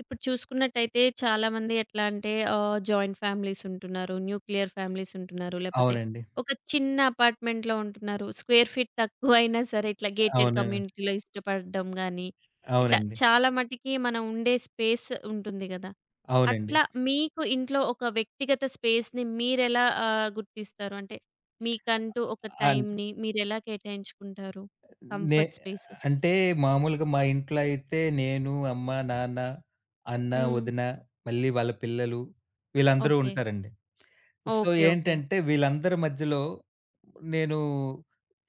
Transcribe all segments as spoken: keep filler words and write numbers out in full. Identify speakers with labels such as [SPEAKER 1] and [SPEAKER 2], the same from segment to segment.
[SPEAKER 1] ఇప్పుడు చూసుకున్నట్టయితే చాలామంది ఎట్లా అంటే ఆహ్, జాయింట్ ఫ్యామిలీస్ ఉంటున్నారు. న్యూక్లియర్ ఫ్యామిలీస్ ఉంటున్నారు. లేపోతే
[SPEAKER 2] అవునండి.
[SPEAKER 1] ఒక చిన్న అపార్ట్మెంట్‌లో ఉంటున్నారు. స్క్వేర్ ఫీట్ తక్కువైనా సరే ఇట్లా గేటెడ్
[SPEAKER 2] అవును.
[SPEAKER 1] కమ్యూనిటీలో ఇష్టపడడం గానీ, ఇట్లా
[SPEAKER 2] అవునండి.
[SPEAKER 1] చాలా మటికి మనం ఉండే స్పేస్ ఉంటుంది గదా!
[SPEAKER 2] అవునండి.
[SPEAKER 1] అట్లా మీకు ఇంట్లో ఒక వ్యక్తిగత స్పేస్‌ని మీరెలా ఆహ్, గుర్తిస్తారు? అంటే మీకంటూ ఒక
[SPEAKER 2] అన్
[SPEAKER 1] టైమ్‌ని మీరెలా కేటాయించుకుంటారు?
[SPEAKER 2] నే
[SPEAKER 1] కంఫర్ట్ స్పేస్.
[SPEAKER 2] అంటే మామూలుగా మా ఇంట్లో అయితే నేను, అమ్మ, నాన్న, అన్న,
[SPEAKER 1] హ్మ్.
[SPEAKER 2] వదిన మళ్ళీ వాళ్ళ పిల్లలు వీళ్ళందరూ
[SPEAKER 1] ఓకే.
[SPEAKER 2] ఉంటారండి. So,
[SPEAKER 1] okay. ఓకే.
[SPEAKER 2] ఏంటంటే వీళ్ళందరి మధ్యలో నేను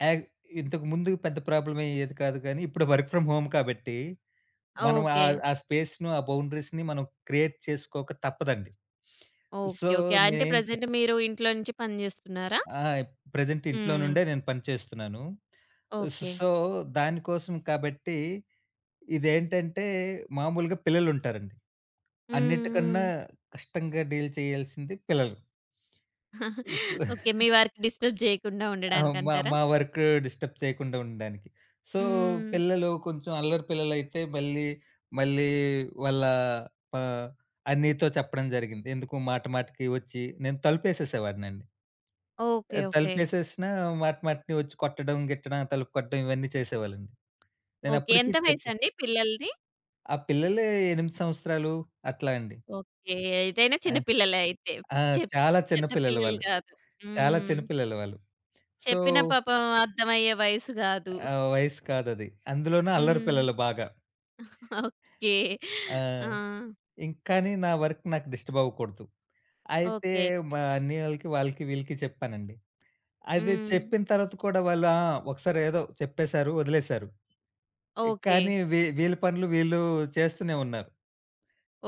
[SPEAKER 2] యాక్ ఇంతకు ముందు పెద్ద ప్రాబ్లమ్ అయ్యేది కాదు కానీ, ఇప్పుడు వర్క్ ఫ్రమ్ హోమ్ కాబట్టి మనం ఆ
[SPEAKER 1] ఓకే.
[SPEAKER 2] ఆ స్పేస్‌ను, ఆ బౌండరీస్‌ని మనం క్రియేట్ చేసుకోక తప్పదండి.
[SPEAKER 1] ఓకే.
[SPEAKER 2] So,
[SPEAKER 1] okay. అంటే
[SPEAKER 2] నేనేం
[SPEAKER 1] ప్రెజెంట్ మీరు ఇంట్లో నుంచి పని జేస్తున్నారా?
[SPEAKER 2] ఆ! ప్రెజెంట్ ఇంట్లో
[SPEAKER 1] హ్మ్.
[SPEAKER 2] నుండే నేను పని చేస్తున్నాను. స్
[SPEAKER 1] ఓకే.
[SPEAKER 2] సో, దానికోసం కాబట్టి ఇదేంటంటే మామూలుగా పిల్లలుంటారండి.
[SPEAKER 1] హ్మ్. హ్మ్.
[SPEAKER 2] అన్నిటికన్నా కష్టంగా డీల్ చేయాల్సింది పిల్లలు. So,
[SPEAKER 1] okay. మీ వారికి డిస్టర్బ్ జేయకుండా
[SPEAKER 2] ఆ! మా
[SPEAKER 1] ఉండడానికంటారా?
[SPEAKER 2] మా వర్క్ డిస్టర్బ్ చేయకుండా ఉండడానికి. సో,
[SPEAKER 1] హ్మ్.
[SPEAKER 2] పిల్లలు కొంచెం అల్లరి పిల్లలైతే మళ్ళీ, మళ్ళీ వాళ్ళ ప అన్నీతో చెప్పడం జరిగింది. ఎందుకు మాట మాటకి వచ్చి నేను తలుపేసేసేవాడినండి.
[SPEAKER 1] ఓకే.
[SPEAKER 2] ఆహ్,
[SPEAKER 1] ఓకే.
[SPEAKER 2] తలుపేసేసినా మాటిమాటిని వచ్చి కొట్టడం, గిట్టడం, తలుపు కొట్టడం ఇవన్నీ చేసేవాళ్ళండి.
[SPEAKER 1] ఓకే.
[SPEAKER 2] నేనప్పటికి
[SPEAKER 1] ఎంత
[SPEAKER 2] చెప్పు
[SPEAKER 1] వయసండి పిల్లలది?
[SPEAKER 2] ఆ పిల్లలే ఎనిమిది సంవత్సరాలు అట్లా అండి.
[SPEAKER 1] ఓకే. ఏదైనా చిన్న
[SPEAKER 2] ఆ!
[SPEAKER 1] పిల్లలే అయితే.
[SPEAKER 2] ఆ!
[SPEAKER 1] చెప్
[SPEAKER 2] చాలా చిన్న
[SPEAKER 1] పెద్ద
[SPEAKER 2] పిల్లలు
[SPEAKER 1] పిల్లలు
[SPEAKER 2] వాళ్ళు.
[SPEAKER 1] గాదు.
[SPEAKER 2] చాలా
[SPEAKER 1] హ్మ్.
[SPEAKER 2] చిన్న పిల్లలు వాళ్ళు. సో,
[SPEAKER 1] చెప్పినా పాపం అర్థమయ్యే వయసు గాదు.
[SPEAKER 2] ఆహ్, వయసు కాదది. అందులోనూ అల్లరి
[SPEAKER 1] హ్మ్.
[SPEAKER 2] పిల్లలు బాగా.
[SPEAKER 1] ఓకే. ఆ!
[SPEAKER 2] ఆ! ఇంక కానీ నా వర్క్ నాకు డిస్టర్బ్ అవ్వకూడదు. అయితే
[SPEAKER 1] ఓకే.
[SPEAKER 2] మా అన్నయ్యోళ్ళకి, వాళ్ళకి, వాళ్ళకి వీళ్ళకి చెప్పానండి. అది
[SPEAKER 1] హ్మ్.
[SPEAKER 2] చెప్పిన తర్వాత కూడా వాళ్ళు ఆ! ఒకసారి ఏదో చెప్పేశారు, వదిలేశారు.
[SPEAKER 1] ఓకే.
[SPEAKER 2] కానీ వీ వీళ్ళ పనులు వీళ్ళు చేస్తూనే ఉన్నారు.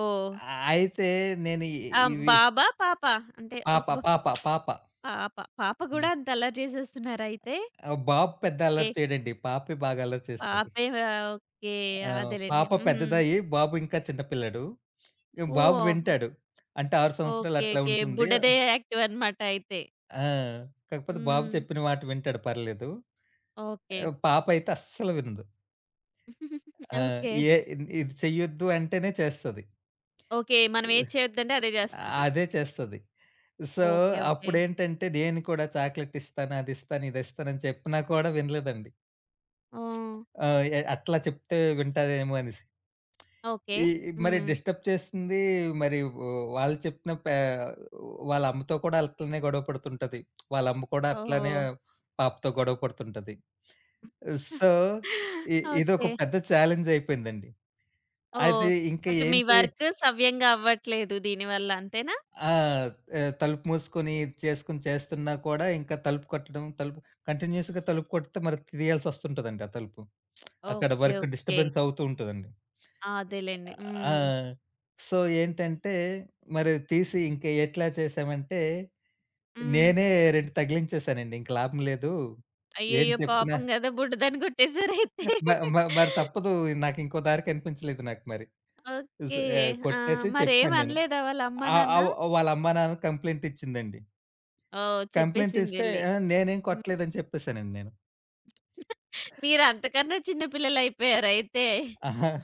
[SPEAKER 1] ఓహ్!
[SPEAKER 2] అయితే నేను ఇ
[SPEAKER 1] ఆ!
[SPEAKER 2] ఇవి
[SPEAKER 1] బాబా? పాపా? అంటే ఒక
[SPEAKER 2] పాప, పాప, పాప.
[SPEAKER 1] పాప. పాప గూడా
[SPEAKER 2] హ్మ్.
[SPEAKER 1] అంత అల్లరి చేసేస్తున్నారా అయితే?
[SPEAKER 2] ఆహ్, బాబు పెద్ద
[SPEAKER 1] ఓకే.
[SPEAKER 2] అల్లరి చేయడండి. పాపే బాగా అల్లరి చేస్తది.
[SPEAKER 1] పాపే ఓకే.
[SPEAKER 2] ఆహ్,
[SPEAKER 1] అదేలెండి.
[SPEAKER 2] పాప
[SPEAKER 1] హ్మ్.
[SPEAKER 2] పెద్దదయ్యి బాబు ఇంకా చిన్న పిల్లాడు. ఇగ బాబు
[SPEAKER 1] ఓహ్!
[SPEAKER 2] వింటాడు. అంటే ఆరు సంవత్సరాలు
[SPEAKER 1] ఓకే.
[SPEAKER 2] అట్లా
[SPEAKER 1] ఓకే.
[SPEAKER 2] ఉంటుంది.
[SPEAKER 1] బుడ్డదే యాక్టివ్ అనమాట అయితే.
[SPEAKER 2] ఆ! కాకపోతే బాబు
[SPEAKER 1] హ్మ్.
[SPEAKER 2] చెప్పిన మాట వింటాడు పర్లేదు.
[SPEAKER 1] ఓకే.
[SPEAKER 2] ఆహ్, పాప అయితే అస్సలు వినదు. ఆ!
[SPEAKER 1] ఓకే.
[SPEAKER 2] ఏ ఇది చెయ్యొద్దు అంటేనే చేస్తది.
[SPEAKER 1] ఓకే. మనం ఏది చేయొద్దంటే అదే చేస్తది.
[SPEAKER 2] అదే చేస్తది. So,
[SPEAKER 1] okay. ఓకే.
[SPEAKER 2] అప్పుడేంటంటే నేను కూడా చాక్లెట్ ఇస్తాను, అది ఇస్తాను, ఇది ఇస్తానని చెప్పినా కూడా వినలేదండి.
[SPEAKER 1] ఓహ్!
[SPEAKER 2] ఆ! ఎ అట్లా చెప్తే వింటాదేమో అనేసి.
[SPEAKER 1] ఓకే.
[SPEAKER 2] ఈ మరి
[SPEAKER 1] హ్మ్.
[SPEAKER 2] డిస్టర్బ్ చేసింది మరి వ్ వాళ్ళు చెప్పిన పే వాళ్ళ అమ్మతో కూడా అట్లనే గొడవ పడుతుంటది. వాళ్ళ అమ్మ కూడా
[SPEAKER 1] ఓహో!
[SPEAKER 2] అట్లనే పాపతో గొడవ పడుతుంటది. సో, ఇ ఇదొక
[SPEAKER 1] ఓకే.
[SPEAKER 2] పెద్ద ఛాలెంజ్ అయిపోయిందండి.
[SPEAKER 1] ఓహ్!
[SPEAKER 2] అది ఇంకా
[SPEAKER 1] అటు
[SPEAKER 2] ఏం
[SPEAKER 1] మీ
[SPEAKER 2] చే
[SPEAKER 1] వర్క్ సవ్యంగా అవ్వట్లేదు దీనివల్ల అంతేనా?
[SPEAKER 2] ఆ! ఆహ్, తలుపు మూసుకొని ఇది చేసుకొని చేస్తున్నా కూడా ఇంకా తలుపు కొట్టడం, తలుపు కంటిన్యూయస్‌గా తలుపు కొడితే మరి తీయాల్సొస్తుంటదండి ఆ తలుపు. అక్కడ
[SPEAKER 1] ఓకే.
[SPEAKER 2] Work
[SPEAKER 1] okay.
[SPEAKER 2] డిస్టర్బెన్స్ అవుతూ ఉంటదండి.
[SPEAKER 1] అదేలెండి.
[SPEAKER 2] ఆ!
[SPEAKER 1] హ్మ్.
[SPEAKER 2] సో, ఏంటంటే మరి తీసి ఇంక ఎట్లా చేశామంటే,
[SPEAKER 1] హ్మ్.
[SPEAKER 2] నేనే రెండు తగిలించేసానండి. ఇంక లాభం లేదు. ఏం
[SPEAKER 1] అయ్యయ్యో!
[SPEAKER 2] చెప్పినా
[SPEAKER 1] పాపం గదా! బుడ్డదాన్ని కొట్టేసారయితే.
[SPEAKER 2] మ మ మరి తప్పదు. నాకింకో దారి కనిపించలేదు నాకు మరి. స్
[SPEAKER 1] ఓకే.
[SPEAKER 2] ఆహ్,
[SPEAKER 1] ఆ!
[SPEAKER 2] కొట్టేసి చెప్పాను నేను.
[SPEAKER 1] మరేమనలేదా వాళ్ళ అమ్మా,
[SPEAKER 2] ఆహ్,
[SPEAKER 1] నాన్న?
[SPEAKER 2] ఆహ్, వాళ్ళ అమ్మా, నాన్న కంప్లెయింట్ ఇచ్చిందండి.
[SPEAKER 1] ఓహ్!
[SPEAKER 2] కంప్లెయింట్ ఇస్తే
[SPEAKER 1] చెప్పేసిందెళ్లి.
[SPEAKER 2] "ఆ! నేనేం
[SPEAKER 1] హ్మ్.
[SPEAKER 2] కొట్టలేదని" చెప్పేసానండి నేను.
[SPEAKER 1] మీరంతకన్నా చిన్న పిల్లలయిపోయారయితే.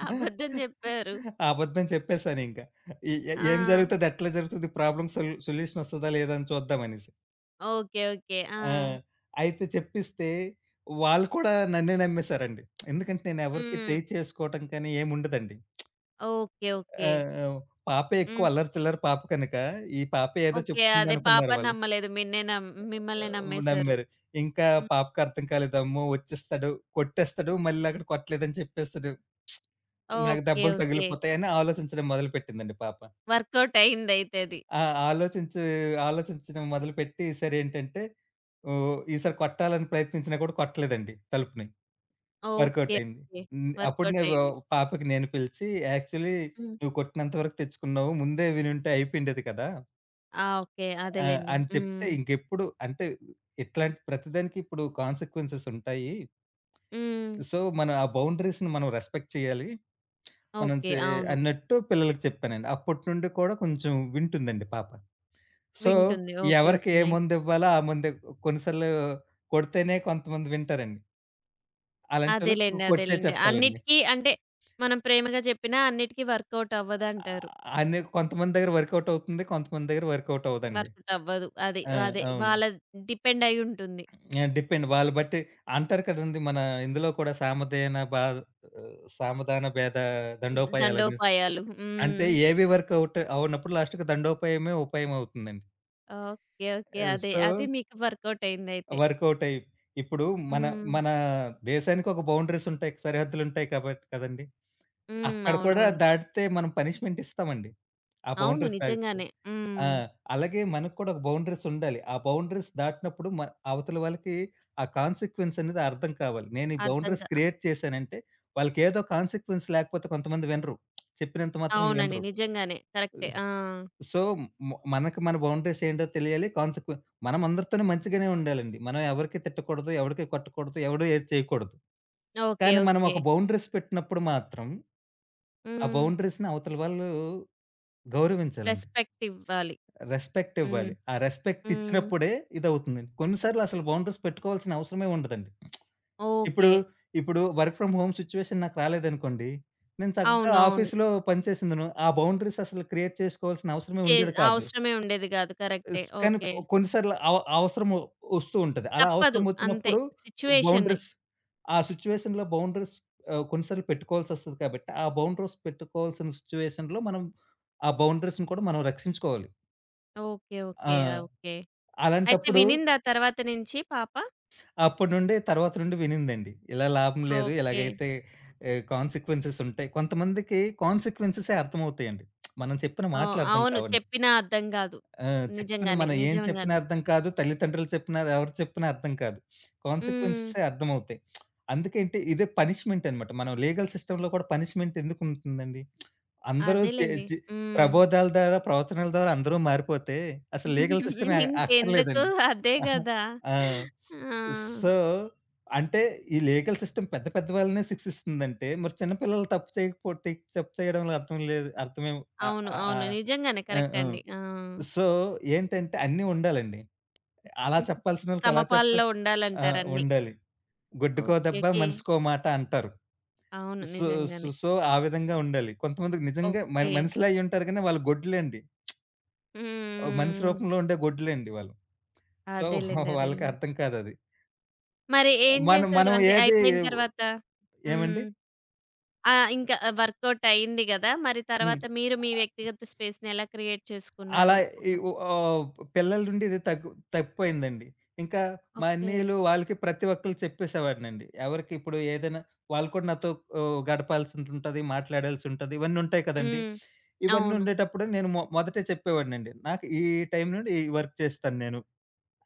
[SPEAKER 1] అబద్ధం జెప్పారు.
[SPEAKER 2] ఆ అబద్ధం చెప్పేసానింక. ఎ ఎ ఏం
[SPEAKER 1] ఆ!
[SPEAKER 2] జరుగుతది? ఎట్లా జరుగుతది? ప్రాబ్లమ్ సొల్ సొల్యూషన్ వస్తదా? లేదా? అని చూద్దామనేసి.
[SPEAKER 1] ఓకే. ఓకే. ఆ!
[SPEAKER 2] ఆ! అయితే చెప్పిస్తే వాళ్ళు కూడా నన్నే నమ్మేసారండి. ఎందుకంటే నేను ఎవరికీ చేయి
[SPEAKER 1] హ్మ్.
[SPEAKER 2] చేసుకోవటం కానీ ఏముండదండి.
[SPEAKER 1] ఓకే. ఓకే.
[SPEAKER 2] ఆ! ఆహ్, పాపే
[SPEAKER 1] హ్మ్.
[SPEAKER 2] ఎక్కువ అల్లరి చిల్లరి పాప కనుక ఈ పాపే ఏదో
[SPEAKER 1] ఓకే. అదే పాప
[SPEAKER 2] చెప్తుందనుకున్నారు వాళ్ళు.
[SPEAKER 1] నమ్మలేదు. మిన్నే నమ్ మిమ్మల్నే
[SPEAKER 2] ఆహ్,
[SPEAKER 1] నమ్మేశారు.
[SPEAKER 2] నమ్మారు. ఇంకా
[SPEAKER 1] హ్మ్.
[SPEAKER 2] పాపకి అర్థం కాలేదు. అమ్మో! వచ్చేస్తాడు, కొట్టేస్తాడు, మళ్ళీ అక్కడ కొట్టలేదని చెప్పేస్తాడు. నాకు
[SPEAKER 1] ఓకే.
[SPEAKER 2] దెబ్బలు
[SPEAKER 1] ఓకే.
[SPEAKER 2] తగిలిపోతాయని ఆలోచించడం మొదలుపెట్టిందండి పాప.
[SPEAKER 1] వర్కౌట్ అయిందయితే అది.
[SPEAKER 2] ఆ! ఆలోచించి ఆలోచించడం మొదలుపెట్టి ఈసారి ఏంటంటే ఓహ్! ఈసారి కొట్టాలని ప్రయత్నించినా కూడా కొట్టలేదండి తలుపుని. Workout
[SPEAKER 1] okay.
[SPEAKER 2] అయింది.
[SPEAKER 1] ఓకే.
[SPEAKER 2] హ్మ్. అప్పుడు
[SPEAKER 1] వర్కౌట్
[SPEAKER 2] నేను
[SPEAKER 1] అయింది.
[SPEAKER 2] పాపకి నేను పిలిచి యాక్చువల్లీ
[SPEAKER 1] హ్మ్.
[SPEAKER 2] "నువ్వు కొట్టినంత వరకు తెచ్చుకున్నావు. ముందే వినుంటే అయిపోయిండేది కదా!"
[SPEAKER 1] ఆ! ఓకే.
[SPEAKER 2] ఆహ్,
[SPEAKER 1] అదేలెండి.
[SPEAKER 2] అని చెప్తే
[SPEAKER 1] హ్మ్.
[SPEAKER 2] ఇంకెప్పుడు అంటే ఇట్లాంటి ప్రతిదానికి ఇప్పుడు కాన్సీక్వెన్సెస్ ఉంటాయి.
[SPEAKER 1] హ్మ్.
[SPEAKER 2] సో, మనం ఆ బౌండరీస్‌ని మనం రెస్పెక్ట్ చేయాలి. మనం
[SPEAKER 1] ఓకే.
[SPEAKER 2] చే
[SPEAKER 1] అవును.
[SPEAKER 2] అన్నట్టు పిల్లలకి చెప్పానండి. అప్పటి నుండి కూడా కొంచెం వింటుందండి పాప. సో,
[SPEAKER 1] వింటుంది. ఓకే.
[SPEAKER 2] ఎవరికి
[SPEAKER 1] ఓకే.
[SPEAKER 2] A
[SPEAKER 1] nice.
[SPEAKER 2] మందివ్వాలో ఆ మందే కొన్ని సార్లు కొడితేనే కొంతమంది వింటారండి. అలాంటోళ్ళకి
[SPEAKER 1] అదేలెండి.
[SPEAKER 2] కొట్టే
[SPEAKER 1] అదేలెండి.
[SPEAKER 2] చెప్పాలండి.
[SPEAKER 1] అన్నిటికి అంటే మనం ప్రేమగా చెప్పినా అన్నిటికి వర్కౌట్ అవ్వదంటారు.
[SPEAKER 2] ఆహ్, అనే కొంతమంది దగ్గర వర్కౌట్ అవుతుంది. కొంతమంది దగ్గర వర్కౌట్ అవ్వదండి.
[SPEAKER 1] వర్కౌట్ అవ్వదు. అది
[SPEAKER 2] ఆ!
[SPEAKER 1] అదే.
[SPEAKER 2] అవును.
[SPEAKER 1] వాళ్ళ డిపెండ్ అయ్యి ఉంటుంది.
[SPEAKER 2] యాహ్! డిపెండ్ వాళ్ళు బట్టి అంటారు కదండీ! మన ఇందులో కూడా సామధేన బా ఆ, సామధాన భేద దండోపాయాలని.
[SPEAKER 1] దండోపాయాలు.
[SPEAKER 2] అంటే
[SPEAKER 1] హ్మ్.
[SPEAKER 2] ఏవి వర్కౌట్ అవ్వనప్పుడు లాస్ట్‌కి దండోపాయమే ఉపాయం అవుతుందండి.
[SPEAKER 1] ఓకే. ఓకే.
[SPEAKER 2] ఆహ్,
[SPEAKER 1] అదే.
[SPEAKER 2] సో,
[SPEAKER 1] అదే మీకు వర్కౌట్ అయిందయితే.
[SPEAKER 2] వర్కౌట్ అయ్యి ఇప్పుడు మన
[SPEAKER 1] హ్మ్.
[SPEAKER 2] మన దేశానికి ఒక బౌండరీస్ ఉంటాయి. సరిహద్దులుంటాయి కాబట్టి కదండీ!
[SPEAKER 1] హ్మ్.
[SPEAKER 2] అక్కడ కూడా
[SPEAKER 1] అవునవును.
[SPEAKER 2] దాటితే మనం పనిష్మెంట్ ఇస్తామండి. ఆ
[SPEAKER 1] అవును.
[SPEAKER 2] బౌండరీస్ దాటితే.
[SPEAKER 1] నిజంగానే.
[SPEAKER 2] ఆ!
[SPEAKER 1] హ్మ్.
[SPEAKER 2] అలాగే మనకు కూడా ఒక బౌండరీస్ ఉండాలి. ఆ బౌండరీస్ దాటినప్పుడు మ అవతల వాళ్ళకి ఆ కాన్సీక్వెన్స్ అనేది అర్థం కావాలి. నేను ఈ
[SPEAKER 1] అర్థం
[SPEAKER 2] బౌండరీస్
[SPEAKER 1] కా
[SPEAKER 2] క్రియేట్ చేశానంటే వాళ్ళకేదో కాన్సీక్వెన్స్ లేకపోతే కొంతమంది వినరు. చెప్పినంత మాత్రాన
[SPEAKER 1] అవునండి.
[SPEAKER 2] వినరు.
[SPEAKER 1] నిజంగానే. కరెక్టే. ఆ!
[SPEAKER 2] సో, మ మనకి మన బౌండరీస్ ఏంటో తెలియాలి. కాన్సీక్వె మనం అందరితోనే మంచిగానే ఉండాలండి. మనం ఎవరికీ తిట్టకూడదు, ఎవరికీ కొట్టకూడదు, ఎవడు ఏది చేయకూడదు.
[SPEAKER 1] ఓకే.
[SPEAKER 2] కానీ మనం
[SPEAKER 1] ఓకే.
[SPEAKER 2] ఒక బౌండరీస్ పెట్టినప్పుడు మాత్రం ఆ
[SPEAKER 1] హ్మ్.
[SPEAKER 2] బౌండరీస్‌ని అవతల వాళ్ళు గౌరవించాలండి.
[SPEAKER 1] రెస్పెక్ట్ ఇవ్వాలి.
[SPEAKER 2] రెస్పెక్ట్
[SPEAKER 1] హ్మ్.
[SPEAKER 2] ఇవ్వాలి. ఆ రెస్పెక్ట్
[SPEAKER 1] హ్మ్.
[SPEAKER 2] ఇచ్చినప్పుడే ఇదవుతుందండి. కొన్ని సార్లు అసలు బౌండరీస్ పెట్టుకోవాల్సిన అవసరమే ఉండదండి. ఇప్పుడు,
[SPEAKER 1] ఓకే.
[SPEAKER 2] ఇప్పుడు వర్క్ ఫ్రమ్ హోమ్ సిట్యుయేషన్ నాకు రాలేదనుకోండి. నేను చక్కగా
[SPEAKER 1] అవునవును.
[SPEAKER 2] ఆఫీస్‌లో పని చేసిందును. ఆ బౌండరీస్ అసలు క్రియేట్ చేసుకోవాల్సిన అవసరమే
[SPEAKER 1] చే
[SPEAKER 2] ఉండేది కాదు.
[SPEAKER 1] అవసరమే ఉండేది గాదు. కరెక్టే.
[SPEAKER 2] స్ కానీ
[SPEAKER 1] ఓకే.
[SPEAKER 2] కొన్ని సార్లు అవ అవసరము వస్తూ ఉంటది. అలా
[SPEAKER 1] తప్పదు.
[SPEAKER 2] అవసరం
[SPEAKER 1] అంతే
[SPEAKER 2] వచ్చినప్పుడు
[SPEAKER 1] సిట్యుయేషనే.
[SPEAKER 2] బౌండరీస్ ఆ సిట్యుయేషన్‌లో బౌండరీస్ ఆహ్, కొన్ని సార్లు పెట్టుకోవాల్సొస్తది కాబట్టి, ఆ బౌండరీస్ పెట్టుకోవాల్సిన సిట్యుయేషన్‌లో మనం ఆ బౌండరీస్‌ని కూడా మనం రక్షించుకోవాలి.
[SPEAKER 1] ఓకే. ఓకే.
[SPEAKER 2] ఆ!
[SPEAKER 1] ఓకే. అయితే
[SPEAKER 2] అలాంటప్పుడు
[SPEAKER 1] వినిందా తర్వాత నుంచి పాప?
[SPEAKER 2] అప్పటి నుండి తర్వాత నుండి వినిందండి. ఇలా లాభం లేదు.
[SPEAKER 1] ఓకే.
[SPEAKER 2] ఇలాగైతే ఆహ్, కాన్సీక్వెన్సెస్ ఉంటాయి. కొంతమందికి కాన్సీక్వెన్సెసే అర్థమవుతాయండి. మనం చెప్పిన
[SPEAKER 1] ఓహ్!
[SPEAKER 2] మాటలు అర్థం
[SPEAKER 1] అవును.
[SPEAKER 2] కావండి.
[SPEAKER 1] చెప్పినా అర్థం గాదు.
[SPEAKER 2] ఆ! చెప్పిన
[SPEAKER 1] నిజంగానే.
[SPEAKER 2] మనం ఏం చెప్పినా
[SPEAKER 1] నిజంగానే.
[SPEAKER 2] అర్థం కాదు. తల్లిదండ్రులు చెప్పినా, ఎవరు చెప్పినా అర్థం కాదు.
[SPEAKER 1] హ్మ్.
[SPEAKER 2] కాన్సీక్వెన్సెసే అర్థమవుతాయి. అందుకేంటి ఇదే పనిష్మెంట్ అనమాట. మనం లీగల్ సిస్టమ్‌లో కూడా పనిష్మెంట్ ఎందుకుంటుందండి? అందరూ చె
[SPEAKER 1] అదేలెండి.
[SPEAKER 2] చె
[SPEAKER 1] హ్మ్.
[SPEAKER 2] ప్రబోధాల ద్వారా, ప్రవచనాల ద్వారా అందరూ మారిపోతే అసలు లీగల్ సిస్టమే అ
[SPEAKER 1] ఇంకెందుకు
[SPEAKER 2] అక్కర్లేదండి.
[SPEAKER 1] అదే
[SPEAKER 2] ఆహా!
[SPEAKER 1] గదా!
[SPEAKER 2] ఆ!
[SPEAKER 1] ఆ!
[SPEAKER 2] సో, అంటే ఈ లీగల్ సిస్టమ్ పెద్ద పెద్ద వాళ్ళనే శిక్షిస్తుందంటే, మరి చిన్న పిల్లలు తప్పు చేయకపోతే తప్పు చేయడంలో అర్థం లేదు. అర్థమేం ఆహ్,
[SPEAKER 1] అవును.
[SPEAKER 2] ఆహ్, ఆ!
[SPEAKER 1] అవును. నిజంగానే
[SPEAKER 2] ఆ!
[SPEAKER 1] కరెక్టే
[SPEAKER 2] ఆ!
[SPEAKER 1] అండి. ఆ!
[SPEAKER 2] సో, ఏంటంటే అన్నీ ఉండాలండి. అలా
[SPEAKER 1] హుహు.
[SPEAKER 2] చెప్పాల్సినోళ్ళకి అలా
[SPEAKER 1] సమపాల్లో
[SPEAKER 2] చెప్పాలి. ఆ!
[SPEAKER 1] ఉండాలంటారన్నీ.
[SPEAKER 2] ఉండాలి. "గొడ్డుకో
[SPEAKER 1] ఓకే.
[SPEAKER 2] దెబ్బ,
[SPEAKER 1] ఓకే.
[SPEAKER 2] మనిషికో మాట" అంటారు.
[SPEAKER 1] అవును.
[SPEAKER 2] సో, సో,
[SPEAKER 1] నిజంగానే.
[SPEAKER 2] సో, ఆ విధంగా ఉండాలి. కొంతమందికి నిజంగా మన
[SPEAKER 1] ఓకే.
[SPEAKER 2] మనుషులే అయ్యుంటారు గానీ వాళ్ళు గొడ్లెండి. ఆహ్, మనిషి
[SPEAKER 1] హ్మ్.
[SPEAKER 2] రూపంలో ఉండే గొడ్లెండి వాళ్ళు. సో,
[SPEAKER 1] అదేలెండి.
[SPEAKER 2] వాళ్ళకి
[SPEAKER 1] అదేలెండి.
[SPEAKER 2] అర్థం కాదది.
[SPEAKER 1] మరి ఏం
[SPEAKER 2] మనం
[SPEAKER 1] చేశారు?
[SPEAKER 2] మనం
[SPEAKER 1] అంటే
[SPEAKER 2] ఏది
[SPEAKER 1] అయిపోయిన తర్వాత
[SPEAKER 2] ఏమండి?
[SPEAKER 1] హ్మ్. ఆ! ఇంకా వర్కౌట్ అయింది గదా! మరి
[SPEAKER 2] హ్మ్.
[SPEAKER 1] తర్వాత మీరు మీ వ్యక్తిగత స్పేస్‌ని ఎలా క్రియేట్
[SPEAKER 2] అలా
[SPEAKER 1] చేసుకున్నారు? ఒక
[SPEAKER 2] ఈ ఉ ఆహ్, పిల్లల నుండి ఇది తగ్గు తప్పిపోయిందండి. ఇంకా మా
[SPEAKER 1] ఓకే.
[SPEAKER 2] అన్నయ్యలు వాళ్ళకి ప్రతి ఒక్కళ్ళు చెప్పేసేవాడినండి. ఎవరికి ఇప్పుడు ఏదైనా వాళ్ళు కూడా నాతో ఆహ్, గడపాల్సిందుంటది, మాట్లాడాల్సుంటది. ఇవన్నీ ఉంటాయి కదండీ!
[SPEAKER 1] హ్మ్.
[SPEAKER 2] ఇవన్నీ
[SPEAKER 1] అవును.
[SPEAKER 2] ఉండేటప్పుడు నేను మొ మొదటే చెప్పేవాడినండి. నాకు ఈ టైం నుండి ఈ వర్క్ చేస్తాను నేను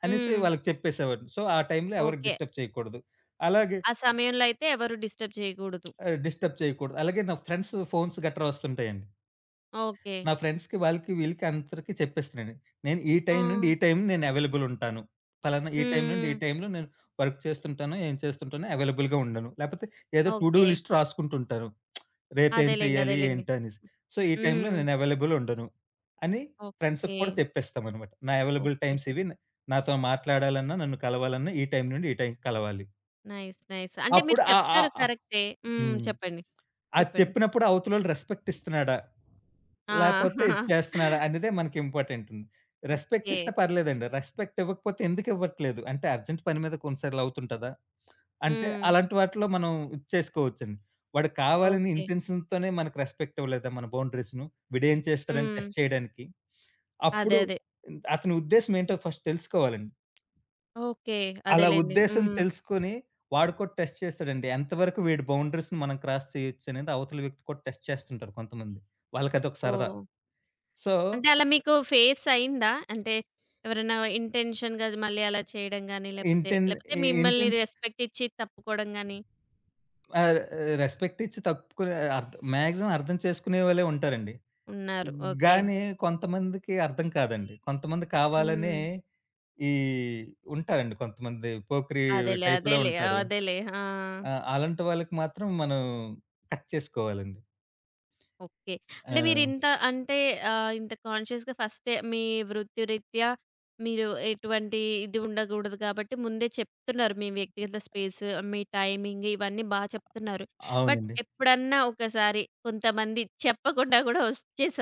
[SPEAKER 2] అనేసి
[SPEAKER 1] హ్మ్.
[SPEAKER 2] వాళ్ళకి చెప్పేసేవాడిని. సో, ఆ టైంలో ఎవరిని
[SPEAKER 1] ఓకే.
[SPEAKER 2] డిస్టర్బ్ చేయకూడదు. అలాగే
[SPEAKER 1] ఆ సమయంలో అయితే ఎవరు డిస్టర్బ్ చేయకూడదు.
[SPEAKER 2] ఆహ్, డిస్టర్బ్ చేయకూడదు. అలాగే నా ఫ్రెండ్స్ ఫోన్స్ గట్రా వస్తుంటాయండి.
[SPEAKER 1] ఓకే.
[SPEAKER 2] నా ఫ్రెండ్స్‌కి వాళ్ళకి వీళ్ళకి అందరికి చెప్పేస్తున్నాను. నేను ఈ
[SPEAKER 1] ఆ!
[SPEAKER 2] టైం నుండి ఈ టైం నేను అవైలబుల్ ఉంటాను. పలానా ఈ టైం నుండి
[SPEAKER 1] హ్మ్.
[SPEAKER 2] ఈ టైంలో నేను వర్క్ చేస్తుంటాను, ఏం చేస్తుంటాను అవైలబుల్‌గా ఉండను. లేపోతే ఏదో టు డూ
[SPEAKER 1] ఓకే.
[SPEAKER 2] లిస్ట్ రాసుకుంటుంటాను. రేపేం
[SPEAKER 1] అదేలెండి.
[SPEAKER 2] చేయాలి
[SPEAKER 1] అదేలెండి.
[SPEAKER 2] ఏంటి అనేసి. సో, ఈ టైంలో
[SPEAKER 1] హ్మ్.
[SPEAKER 2] నేను అవైలబుల్ ఉండను అని ఫ్రెండ్స్‌కి
[SPEAKER 1] ఓకే.
[SPEAKER 2] కూడా చెప్పేస్తామనమాట. నా అవైలబుల్ టైమ్స్
[SPEAKER 1] ఓకేకే.
[SPEAKER 2] ఇవి. నాతో మాట్లాడాలన్నా, నన్ను కలవాలన్నా ఈ టైం నుండి ఈ టైంకి కలవాలి.
[SPEAKER 1] నైస్. నైస్. అంటే మీరు
[SPEAKER 2] అప్పుడు ఆ ఆ
[SPEAKER 1] చెప్తారు కరెక్టే. హ్మ్.
[SPEAKER 2] హ్మ్.
[SPEAKER 1] చెప్పండి.
[SPEAKER 2] అది
[SPEAKER 1] చెప్పండి.
[SPEAKER 2] చెప్పినప్పుడు అవతలోళ్ళు రెస్పెక్ట్ ఇస్తున్నాడా? లేపోతే ఇది
[SPEAKER 1] ఆ!
[SPEAKER 2] చేస్తున్నాడా? అనేదే మనకి ఇంపార్టెంట్ ఉంది. Respect
[SPEAKER 1] okay.
[SPEAKER 2] ఇస్తే పర్లేదండి. రెస్పెక్ట్ ఇవ్వకపోతే ఎందుకు ఇవ్వట్లేదు? అంటే అర్జెంట్ పని మీద కొన్ని సార్లు అవుతుంటదా? అంటే
[SPEAKER 1] హ్మ్.
[SPEAKER 2] అలాంటి వాటిలో మనం ఇది చేసుకోవచ్చండి. వాడు కావాలని
[SPEAKER 1] ఓకే.
[SPEAKER 2] ఇంటెన్షన్‌తోనే మనకు రెస్పెక్ట్ ఇవ్వలేదా మన బౌండరీస్‌ను? వీడేం చేస్తాడని
[SPEAKER 1] హ్మ్.
[SPEAKER 2] టెస్ట్ చేయడానికి?
[SPEAKER 1] అదే.
[SPEAKER 2] అప్పుడు
[SPEAKER 1] అదే.
[SPEAKER 2] అతని ఉద్దేశ్యం ఏంటో ఫస్ట్ తెలుసుకోవాలండి.
[SPEAKER 1] ఓకే.
[SPEAKER 2] అలా
[SPEAKER 1] అదేలెండి.
[SPEAKER 2] ఉద్దేశ్యం
[SPEAKER 1] హ్మ్.
[SPEAKER 2] తెలుసుకొని, వాడు కూడా టెస్ట్ చేస్తాడండి. ఎంతవరకు వీడి బౌండరీస్‌ని మనం క్రాస్ చేయొచ్చనేది అవతల వ్యక్తి కూడా టెస్ట్ చేస్తుంటారు కొంతమంది. వాళ్ళకదొక సరదా.
[SPEAKER 1] ఓహ్!
[SPEAKER 2] సో,
[SPEAKER 1] అంటే అలా మీకు ఫేస్ అయిందా? అంటే ఎవరైనా ఇంటెన్షన్‌గా మళ్ళీ అలా చేయడం గాని, లేపోతే
[SPEAKER 2] ఇంటెన్
[SPEAKER 1] లేపోతే
[SPEAKER 2] ఇ
[SPEAKER 1] మిమ్మల్ని
[SPEAKER 2] ఇంటెన్స్
[SPEAKER 1] రెస్పెక్ట్ ఇచ్చి తప్పుకోవడం గాని
[SPEAKER 2] ఆహ్, రెస్పెక్ట్ ఇచ్చి తక్కువ అర్థ్ మాక్సిమం అర్థం చేసుకునే వాళ్ళే ఉంటారండి.
[SPEAKER 1] ఉన్నారు. ఓకే.
[SPEAKER 2] గానీ కొంతమందికి అర్థం కాదండి. కొంతమంది కావాలనే
[SPEAKER 1] హ్మ్.
[SPEAKER 2] ఈ ఉంటారండి కొంతమంది పోకిరి
[SPEAKER 1] అదేలే.
[SPEAKER 2] టైప్‌లో
[SPEAKER 1] అదేలే.
[SPEAKER 2] ఉంటారు.
[SPEAKER 1] అదేలే. ఆ!
[SPEAKER 2] ఆ! అలాంటి వాళ్ళకి మాత్రం మనం కట్ చేసుకోవాలండి.
[SPEAKER 1] ఓకే.
[SPEAKER 2] ఆ!
[SPEAKER 1] అంటే మీరింత అంటే ఆహ్, ఇంత కాన్షియస్‌గా ఫస్టే మీ వృత్తి రీత్యా మీరు ఎటువంటి ఇది ఉండకూడదు కాబట్టి ముందే చెప్తున్నారు. మీ వ్యక్తిగత స్పేస్, మీ టైమింగ్ ఇవన్నీ బా చెప్తున్నారు. బట్
[SPEAKER 2] అవునండి.
[SPEAKER 1] ఎప్పుడన్నా ఒకసారి కొంతమంది చెప్పకుండా గూడా వచ్చే స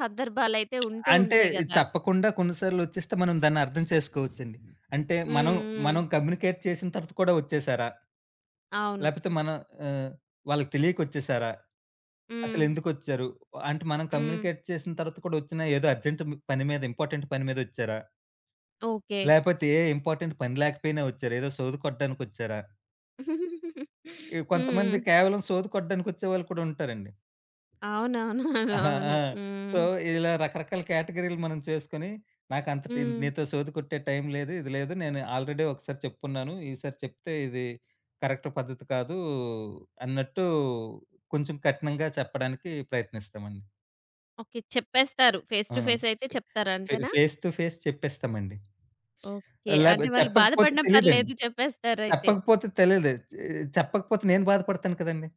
[SPEAKER 1] సందర్భాలైతే ఉంటూ
[SPEAKER 2] అంటే
[SPEAKER 1] ఉంటాయి గదా!
[SPEAKER 2] చెప్పకుండా కొన్ని సార్లు వచ్చేస్తే మనం దాన్ని అర్థం చేసుకోవచ్చండి. అంటే మనం,
[SPEAKER 1] హ్మ్. హ్మ్.
[SPEAKER 2] మనం కమ్యూనికేట్ చేసిన తర్వాత కూడా వచ్చేసారా?
[SPEAKER 1] అవును.
[SPEAKER 2] లేపోతే మనం ఆహ్, వాళ్ళకి తెలియకొచ్చేసారా?
[SPEAKER 1] హ్మ్.
[SPEAKER 2] అసలెందుకొచ్చారు? అంటే మనం
[SPEAKER 1] హ్మ్.
[SPEAKER 2] కమ్యూనికేట్ చేసిన తర్వాత కూడా వచ్చినా ఏదో అర్జెంట్ పని మీద, ఇంపార్టెంట్ పని మీద వచ్చారా?
[SPEAKER 1] ఓకే.
[SPEAKER 2] లేపోతే ఏ ఇంపార్టెంట్ పని లేకపోయినా వచ్చారా? ఏదో సోది కొట్టడానికొచ్చారా? ఇ
[SPEAKER 1] హ్మ్.
[SPEAKER 2] కొంతమంది కేవలం సోది కొట్టడానికొచ్చేవాళ్ళు కూడా ఉంటారండి.
[SPEAKER 1] అవునవును.
[SPEAKER 2] అహా!
[SPEAKER 1] అవును.
[SPEAKER 2] ఆ! సో,
[SPEAKER 1] హ్మ్.
[SPEAKER 2] ఇలా రకరకాల కేటగరీలు మనం చేసుకొని, నాకంత టి
[SPEAKER 1] హ్మ్.
[SPEAKER 2] నీతో సోది కొట్టే టైం లేదు, ఇది లేదు. నేను ఆల్రెడీ ఒకసారి చెప్పుకున్నాను. ఈసారి చెప్తే ఇది కరెక్ట్ పద్ధతి కాదు అన్నట్టు కొంచెం కఠినంగా చెప్పడానికి ప్రయత్నిస్తామండి.
[SPEAKER 1] ఓకే. చెప్పేస్తారు. ఫేస్
[SPEAKER 2] ఆ!
[SPEAKER 1] టు ఫేస్ అయితే
[SPEAKER 2] ఫే
[SPEAKER 1] చెప్తారు
[SPEAKER 2] ఫే
[SPEAKER 1] అంతేనా?
[SPEAKER 2] ఫేస్ టు ఫేస్ చెప్పేస్తామండి.
[SPEAKER 1] ఓకే.
[SPEAKER 2] లేపో
[SPEAKER 1] అంటే వాళ్ళు
[SPEAKER 2] చెప్పకపోతే
[SPEAKER 1] బాధపడినా
[SPEAKER 2] తెలీదండి.
[SPEAKER 1] పర్లేదు చెప్పేస్తారయితే.
[SPEAKER 2] చెప్పకపోతే తెలీదు. చె చెప్పకపోతే నేను బాధపడతాను కదండీ!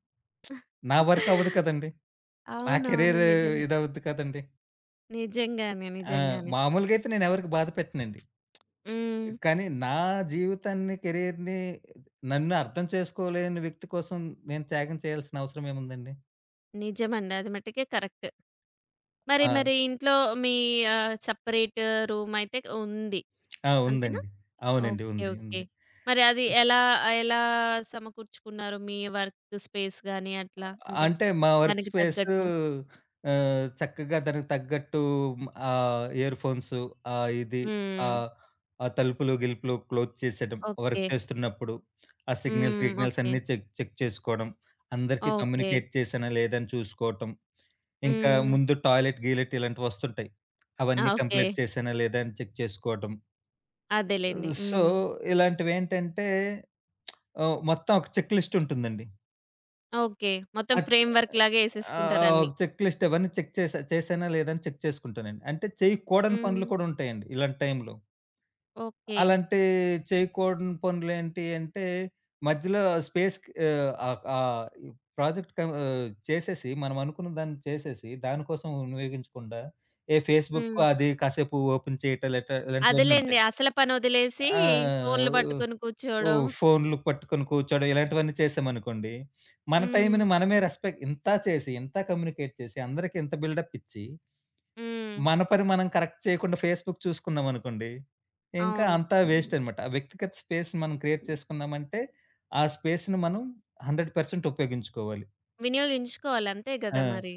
[SPEAKER 2] నా వర్క్ అవ్వదు కదండీ! నా
[SPEAKER 1] అవునవును.
[SPEAKER 2] కెరీర్
[SPEAKER 1] నిజంగా.
[SPEAKER 2] ఇదవుద్ది కదండీ!
[SPEAKER 1] నిజంగానే.
[SPEAKER 2] ఆ!
[SPEAKER 1] నిజంగానే.
[SPEAKER 2] మామూలుగా అయితే నేను ఎవరికీ బాధ పెట్టనండి.
[SPEAKER 1] హ్మ్.
[SPEAKER 2] కానీ నా జీవితాన్ని, కెరియర్‌ని నన్ను అర్థం చేసుకోలేని వ్యక్తి కోసం నేను త్యాగం చేయాల్సిన అవసరం ఏముందండి?
[SPEAKER 1] నిజమండి. అది మట్టుకే కరెక్ట్. మరి
[SPEAKER 2] ఆ!
[SPEAKER 1] మరి ఇంట్లో మీ ఆహ్, సెపరేట్ రూమ్ అయితే ఉంది.
[SPEAKER 2] ఆ!
[SPEAKER 1] అంతేనా?
[SPEAKER 2] ఉందండి. అవునండి.
[SPEAKER 1] ఓకే.
[SPEAKER 2] ఉంది.
[SPEAKER 1] ఓకే.
[SPEAKER 2] ఉంది.
[SPEAKER 1] మరి అది ఎలా ఎలా సమకూర్చుకున్నారు? మీ వర్క్ స్పేస్ గాని అట్లా అంటే
[SPEAKER 2] అంటే మా వర్క్
[SPEAKER 1] దానికి
[SPEAKER 2] స్పేస్
[SPEAKER 1] తగ్గట్టు.
[SPEAKER 2] ఆహ్, చక్కగా దానికి తగ్గట్టు ఆహ్, ఇయర్ ఫోన్స్ ఆహ్, ఇది
[SPEAKER 1] హ్మ్.
[SPEAKER 2] ఆహ్, ఆ తలుపులు, గిలుపులు క్లోజ్ చేసేయడం,
[SPEAKER 1] ఓకే.
[SPEAKER 2] వర్క్ చేస్తున్నప్పుడు ఆ సిగ్నల్స్,
[SPEAKER 1] హ్మ్.
[SPEAKER 2] గిగ్నల్స్
[SPEAKER 1] ఓకే.
[SPEAKER 2] అన్నీ చెక్ చెక్ చేసుకోవడం, అందరికీ
[SPEAKER 1] ఓకే.
[SPEAKER 2] కమ్యూనికేట్ చేశానా లేదా అని చూసుకోవటం. ఇంకా
[SPEAKER 1] హ్మ్.
[SPEAKER 2] ముందు టాయిలెట్, గీలెట్ ఇలాంటివొస్తుంటాయి.
[SPEAKER 1] ఆ!
[SPEAKER 2] అవన్నీ
[SPEAKER 1] ఓకే.
[SPEAKER 2] కంప్లీట్ చేశానా లేదా అని చెక్ చేసుకోవటం.
[SPEAKER 1] అదేలెండి.
[SPEAKER 2] ఆహ్, సో,
[SPEAKER 1] హ్మ్.
[SPEAKER 2] ఇలాంటివేంటంటే ఆహ్, మొత్తం ఒక చెక్ లిస్ట్ ఉంటుందండి.
[SPEAKER 1] ఓకే. మొత్తం
[SPEAKER 2] అద్ ఆ! చె-
[SPEAKER 1] ఫ్రేమ్ వర్క్ లాగే
[SPEAKER 2] ఆ!
[SPEAKER 1] ఏసేసుకుంటారన్నీ.
[SPEAKER 2] ఒక చెక్ లిస్ట్ ఇవన్నీ చెక్ చేసా చేశానా లేదా అని చెక్ చేసుకుంటానండి. అంటే చేయకూడని
[SPEAKER 1] హ్మ్.
[SPEAKER 2] పనులు కూడా ఉంటాయండి ఇలాంటి టైంలో.
[SPEAKER 1] ఓకే.
[SPEAKER 2] అలాంటి చేయకూడని పనులేంటి అంటే, మధ్యలో స్పేస్‌కి ఆహ్, ఆహ్, ఆహ్, ఈ ప్రాజెక్ట్ కం ఆహ్, చేసేసి మనం అనుకున్న దాన్ని చేసేసి, దానికోసం వినియోగించకుండా, ఏ ఫేస్‌బుక్
[SPEAKER 1] హ్మ్.
[SPEAKER 2] అది కాసేపు ఓపెన్ చేయటం లేట ఇలాంటివన్నీ
[SPEAKER 1] అదేలెండి.
[SPEAKER 2] ఉంటాయి.
[SPEAKER 1] అసల పనొదిలేసి
[SPEAKER 2] ఆ!
[SPEAKER 1] ఫోన్‌లు పట్టుకొని
[SPEAKER 2] ఓ
[SPEAKER 1] కూర్చోవడం.
[SPEAKER 2] ఫోన్‌లు పట్టుకొని కూర్చోడం ఇలాంటివన్నీ చేసామనుకోండి, మన
[SPEAKER 1] హ్మ్.
[SPEAKER 2] టైంని మనమే రెస్పెక్ట్ ఇంత చేసి, ఇంత కమ్యూనికేట్ చేసి, అందరికి ఇంత బిల్డప్ ఇచ్చి
[SPEAKER 1] హ్మ్.
[SPEAKER 2] మన పని మనం కరెక్ట్ చేయకుండా ఫేస్‌బుక్ చూసుకున్నామనుకోండి, ఇంకా
[SPEAKER 1] అవును.
[SPEAKER 2] అంతా వేస్ట్ అనమాట. ఆ వ్యక్తిగత స్పేస్ మనం క్రియేట్ చేసుకున్నామంటే, ఆ స్పేస్‌ని మనం నూరు శాతం ఉపయోగించుకోవాలి.
[SPEAKER 1] వినియోగించుకోవాలి అంతే
[SPEAKER 2] ఆ!
[SPEAKER 1] గదా మరి.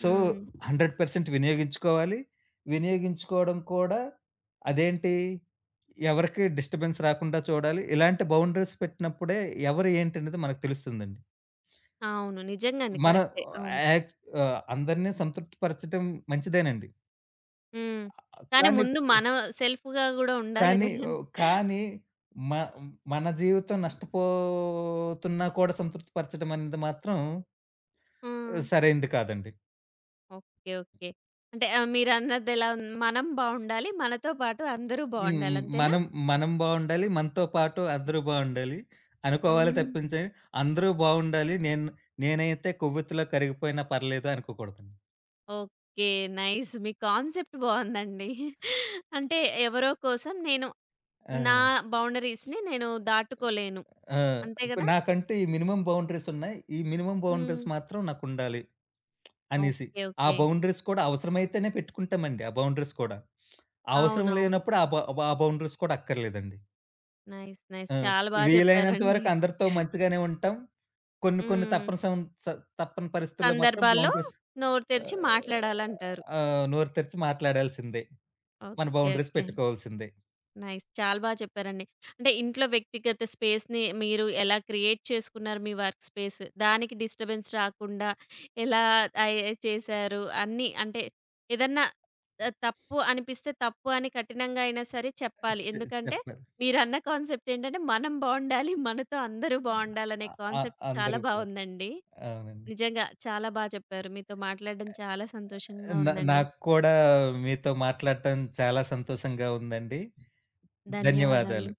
[SPEAKER 2] సో,
[SPEAKER 1] హ్మ్.
[SPEAKER 2] నూరు శాతం వినియోగించుకోవాలి. వినియోగించుకోవడం కూడా అదేంటి, ఎవరికీ డిస్టర్బెన్స్ రాకుండా చూడాలి. ఇలాంటి బౌండరీస్ పెట్టినప్పుడే ఎవరు ఏంటనేది మనకు తెలుస్తుందండి.
[SPEAKER 1] అవును. నిజంగానే
[SPEAKER 2] మనం
[SPEAKER 1] కరెక్టే. అవును.
[SPEAKER 2] యాక్ ఆహ్, అందరిని సంతృప్తి పరచడం మంచిదేనండి.
[SPEAKER 1] హ్మ్. కానీ
[SPEAKER 2] కానీ
[SPEAKER 1] ముందు మనం సెల్ఫ్‌గా గూడా ఉండాలి
[SPEAKER 2] కానీ
[SPEAKER 1] గదా!
[SPEAKER 2] ఓహ్! కానీ మ మన జీవితం నష్టపోతున్నా కూడా సంతృప్తి పరచడం అనేది మాత్రం
[SPEAKER 1] ఆ!
[SPEAKER 2] సరైంది కాదండి.
[SPEAKER 1] ఓకే. ఓకే. అంటే ఆహ్, మీరన్నదెలా ఉంది మనం బావుండాలి. మనతో పాటు అందరూ
[SPEAKER 2] హ్మ్.
[SPEAKER 1] బావుండాలి. అంతేనా?
[SPEAKER 2] మనం మనం బావుండాలి. మనతో పాటు అందరూ బావుండాలి. అనుకోవాలి
[SPEAKER 1] హ్మ్.
[SPEAKER 2] తప్పించి అందరూ బావుండాలి. నేను నేనైతే కొవ్వొత్తిలో కరిగిపోయినా పర్లేదు అనుకోకూడదండి.
[SPEAKER 1] ఓకే. నైస్. మీ కాన్సెప్ట్ బావుందండి. అంటే ఎవరో కోసం నేను
[SPEAKER 2] ఆ!
[SPEAKER 1] నా బౌండరీస్‌ని నేను దాటుకోలేను.
[SPEAKER 2] ఆ!
[SPEAKER 1] అంతే గదా!
[SPEAKER 2] నాకంటే ఈ మినిమమ్ బౌండరీస్ ఉన్నాయి. ఈ మినిమమ్
[SPEAKER 1] హ్మ్.
[SPEAKER 2] బౌండరీస్ మాత్రం నాకుండాలి. అనేసి.
[SPEAKER 1] ఓకే.
[SPEAKER 2] ఆ
[SPEAKER 1] ఓకే.
[SPEAKER 2] బౌండరీస్ కూడా అవసరమైతేనే పెట్టుకుంటామండి ఆ బౌండరీస్ కూడా. అవసరం
[SPEAKER 1] అవునవును.
[SPEAKER 2] లేనప్పుడు ఆ బ ఆ బౌండరీస్ కూడా అక్కర్లేదండి.
[SPEAKER 1] నైస్. నైస్.
[SPEAKER 2] ఆ!
[SPEAKER 1] చాలా బా
[SPEAKER 2] వీలైనంత
[SPEAKER 1] చెప్పారండి.
[SPEAKER 2] వరకు అందరితో మంచిగానే ఉంటాం. కొన్ని కొన్ని
[SPEAKER 1] హ్మ్.
[SPEAKER 2] తప్పని సం స తప్పని పరిస్థితుల్లో మాత్రం
[SPEAKER 1] సందర్భాల్లో
[SPEAKER 2] బౌండరీస్
[SPEAKER 1] నోరు తెరిచి
[SPEAKER 2] ఆహ్,
[SPEAKER 1] మాట్లాడాలంటారు.
[SPEAKER 2] ఆ! నోరు తెరిచి మాట్లాడాల్సిందే. మన
[SPEAKER 1] ఓకే.
[SPEAKER 2] Boundaries
[SPEAKER 1] okay.
[SPEAKER 2] పెట్టుకోవాల్సిందే.
[SPEAKER 1] నైస్. చాలా బా చెప్పారండి. అంటే ఇంట్లో వ్యక్తిగత స్పేస్‌ని మీరు ఎలా క్రియేట్ చేసుకున్నారు మీ వర్క్ స్పేస్? దానికి డిస్టర్బెన్స్ రాకుండా ఎలా ఆహ్, ఎ చేశారు? అన్నీ అంటే ఏదన్నా ఆహ్, తప్పు అనిపిస్తే తప్పు అని కఠినంగా అయినా సరే చెప్పాలి.
[SPEAKER 2] చె
[SPEAKER 1] ఎందుకంటే
[SPEAKER 2] చెప్పాలి.
[SPEAKER 1] మీరన్న కాన్సెప్ట్ ఏంటంటే మనం బావుండాలి. మనతో అందరూ బావుండాలనే
[SPEAKER 2] అ అ
[SPEAKER 1] కాన్సెప్ట్ చాలా
[SPEAKER 2] అందరూ కూడా.
[SPEAKER 1] బావుందండి.
[SPEAKER 2] అవునండి.
[SPEAKER 1] నిజంగా చాలా బా చెప్పారు. మీతో మాట్లాడడం చాలా సంతోషంగా
[SPEAKER 2] నా
[SPEAKER 1] ఉందండి.
[SPEAKER 2] నాకు కూడా మీతో మాట్లాడటం చాలా సంతోషంగా ఉందండి.
[SPEAKER 1] ధన్యవాదాలు.
[SPEAKER 2] ధన్యవాదాలు.